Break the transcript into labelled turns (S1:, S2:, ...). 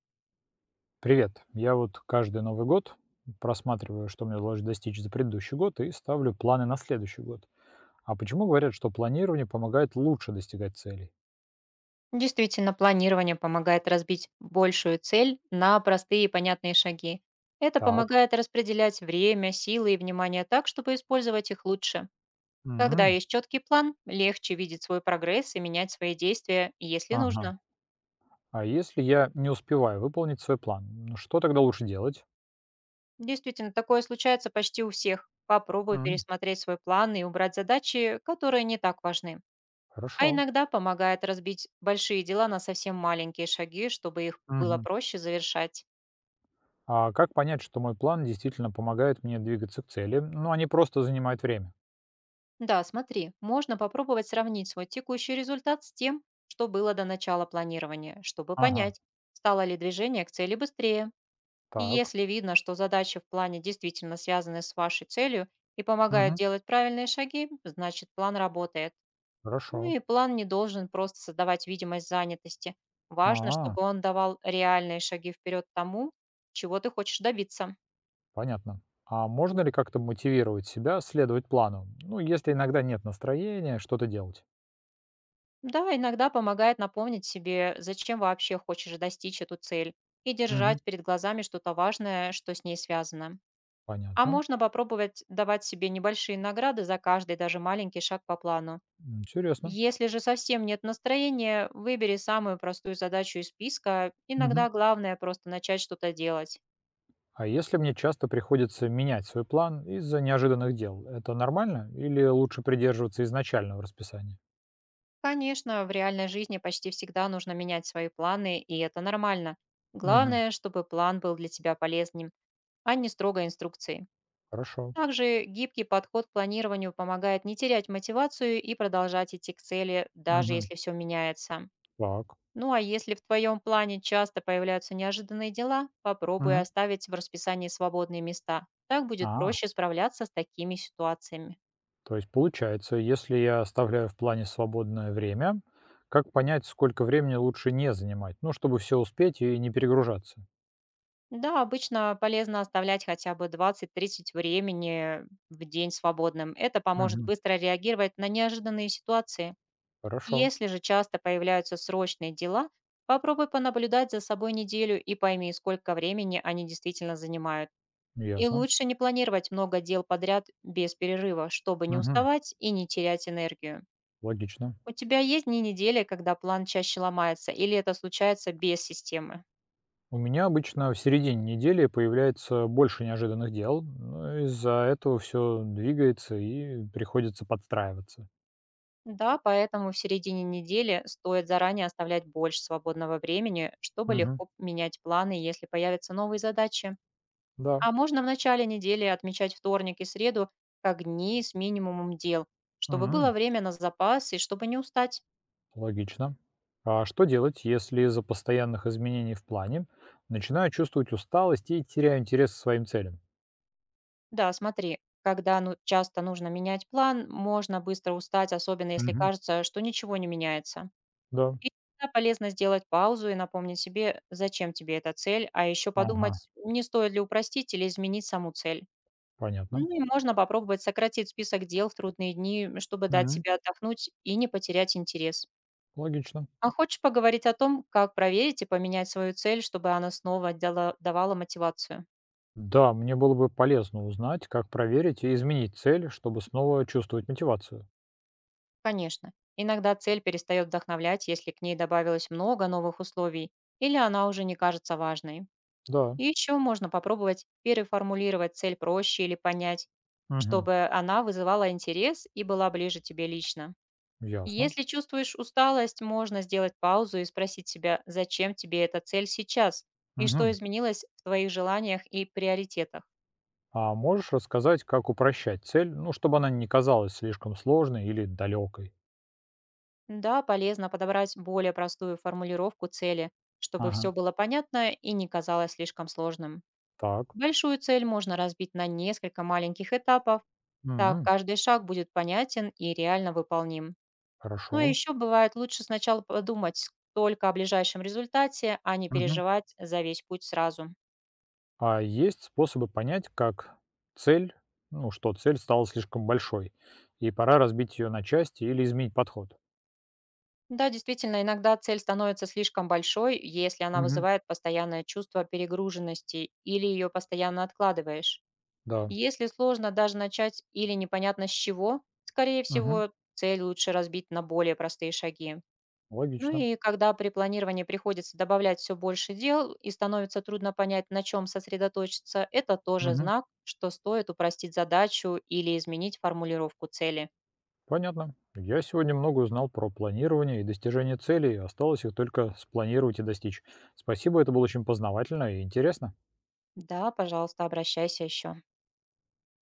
S1: Привет. Я вот каждый Новый год просматриваю, что мне удалось достичь за предыдущий год, и ставлю планы на следующий год. А почему говорят, что планирование помогает лучше достигать целей?
S2: Действительно, планирование помогает разбить большую цель на простые и понятные шаги. Это
S1: Так.
S2: помогает распределять время, силы и внимание так, чтобы использовать их лучше. Когда
S1: М,
S2: есть четкий план, легче видеть свой прогресс и менять свои действия, если
S1: Ага.
S2: нужно.
S1: А если я не успеваю выполнить свой план, ну что тогда лучше делать?
S2: Действительно, такое случается почти у всех. Попробуй
S1: М,
S2: пересмотреть свой план и убрать задачи, которые не так важны. А
S1: Хорошо.
S2: иногда помогает разбить большие дела на совсем маленькие шаги, чтобы их было
S1: Мгм.
S2: проще завершать.
S1: А как понять, что мой план действительно помогает мне двигаться к цели, ну а не просто занимает время?
S2: Да, смотри, можно попробовать сравнить свой текущий результат с тем, что было до начала планирования, чтобы
S1: Ага.
S2: понять, стало ли движение к цели быстрее. И
S1: Так.
S2: если видно, что задачи в плане действительно связаны с вашей целью и помогают
S1: Мгм.
S2: делать правильные шаги, значит план работает. Ну
S1: Хорошо.
S2: и план не должен просто создавать видимость занятости. Важно,
S1: А,
S2: чтобы он давал реальные шаги вперед тому, чего ты хочешь добиться.
S1: Понятно. А можно ли как-то мотивировать себя следовать плану? Ну, если иногда нет настроения что-то делать.
S2: Да, иногда помогает напомнить себе, зачем вообще хочешь достичь эту цель, и
S1: Мгм.
S2: держать перед глазами что-то важное, что с ней связано. А
S1: Понятно.
S2: можно попробовать давать себе небольшие награды за каждый, даже маленький шаг по плану.
S1: Интересно.
S2: Если же совсем нет настроения, выбери самую простую задачу из списка.
S1: Мгм.
S2: Иногда главное просто начать что-то делать.
S1: А если мне часто приходится менять свой план из-за неожиданных дел, это нормально или лучше придерживаться изначального расписания?
S2: Конечно, в реальной жизни почти всегда нужно менять свои планы, и это нормально.
S1: Мгм.
S2: Главное, чтобы план был для тебя полезным, а не строгой инструкцией.
S1: Хорошо.
S2: Также гибкий подход к планированию помогает не терять мотивацию и продолжать идти к цели, даже
S1: Мгм.
S2: если все меняется.
S1: Так.
S2: Ну а если в твоем плане часто появляются неожиданные дела, попробуй
S1: Мгм.
S2: оставить в расписании свободные места. Так будет
S1: А,
S2: проще справляться с такими ситуациями.
S1: то есть получается, если я оставляю в плане свободное время, как понять, сколько времени лучше не занимать? Ну, чтобы все успеть и не перегружаться.
S2: Да, обычно полезно оставлять хотя бы 20-30 времени в день свободным. Это поможет
S1: Мгм.
S2: быстро реагировать на неожиданные ситуации.
S1: Хорошо,
S2: Если же часто появляются срочные дела, попробуй понаблюдать за собой неделю и пойми, сколько времени они действительно занимают. И
S1: ясно.
S2: лучше не планировать много дел подряд без перерыва, чтобы не
S1: Мгм.
S2: уставать и не терять энергию.
S1: Логично.
S2: У тебя есть дни недели, когда план чаще ломается, или это случается без системы?
S1: У меня обычно в середине недели появляется больше неожиданных дел, но из-за этого все двигается и приходится подстраиваться.
S2: Да, поэтому в середине недели стоит заранее оставлять больше свободного времени, чтобы
S1: Мгм.
S2: легко менять планы, если появятся новые задачи.
S1: Да.
S2: А можно в начале недели отмечать вторник и среду как дни с минимумом дел, чтобы было
S1: М.
S2: время на запас и чтобы не устать.
S1: Логично. А что делать, если из-за постоянных изменений в плане начинаю чувствовать усталость и теряю интерес к своим целям?
S2: Да, смотри, когда часто нужно менять план, можно быстро устать, особенно если
S1: Мгм.
S2: кажется, что ничего не меняется.
S1: Да.
S2: И всегда полезно сделать паузу и напомнить себе, зачем тебе эта цель, а еще
S1: Ага.
S2: подумать, не стоит ли упростить или изменить саму цель.
S1: Понятно.
S2: Ну и можно попробовать сократить список дел в трудные дни, чтобы дать
S1: М.
S2: себе отдохнуть и не потерять интерес.
S1: Логично.
S2: А хочешь поговорить о том, как проверить и поменять свою цель, чтобы она снова давала мотивацию?
S1: Да, мне было бы полезно узнать, как проверить и изменить цель, чтобы снова чувствовать мотивацию.
S2: Конечно. Иногда цель перестает вдохновлять, если к ней добавилось много новых условий, или она уже не кажется важной.
S1: Да.
S2: И еще можно попробовать переформулировать цель проще или понять,
S1: Мгм.
S2: чтобы она вызывала интерес и была ближе тебе лично.
S1: Ясно.
S2: Если чувствуешь усталость, можно сделать паузу и спросить себя, зачем тебе эта цель сейчас, и что
S1: Мгм.
S2: изменилось в твоих желаниях и приоритетах.
S1: А можешь рассказать, как упрощать цель, ну, чтобы она не казалась слишком сложной или далекой?
S2: Да, полезно подобрать более простую формулировку цели, чтобы все
S1: Ага.
S2: было понятно и не казалось слишком сложным.
S1: Так.
S2: Большую цель можно разбить на несколько маленьких этапов, так
S1: Мгм.
S2: каждый шаг будет понятен и реально выполним. Ну и
S1: Хорошо.
S2: еще бывает лучше сначала подумать только о ближайшем результате, а не
S1: Мгм.
S2: переживать за весь путь сразу.
S1: А есть способы понять, как цель, ну, что цель стала слишком большой, и пора разбить ее на части или изменить подход?
S2: Да, действительно, иногда цель становится слишком большой, если она
S1: Мгм.
S2: вызывает постоянное чувство перегруженности или ее постоянно откладываешь.
S1: Да.
S2: Если сложно даже начать или непонятно с чего, скорее
S1: Мгм.
S2: всего, цель лучше разбить на более простые шаги. Ну
S1: Логично.
S2: и когда при планировании приходится добавлять все больше дел и становится трудно понять, на чем сосредоточиться, это тоже
S1: Мгм.
S2: знак, что стоит упростить задачу или изменить формулировку цели.
S1: Понятно. Я сегодня много узнал про планирование и достижение целей. Осталось их только спланировать и достичь. Спасибо, это было очень познавательно и интересно.
S2: Да, пожалуйста, обращайся еще.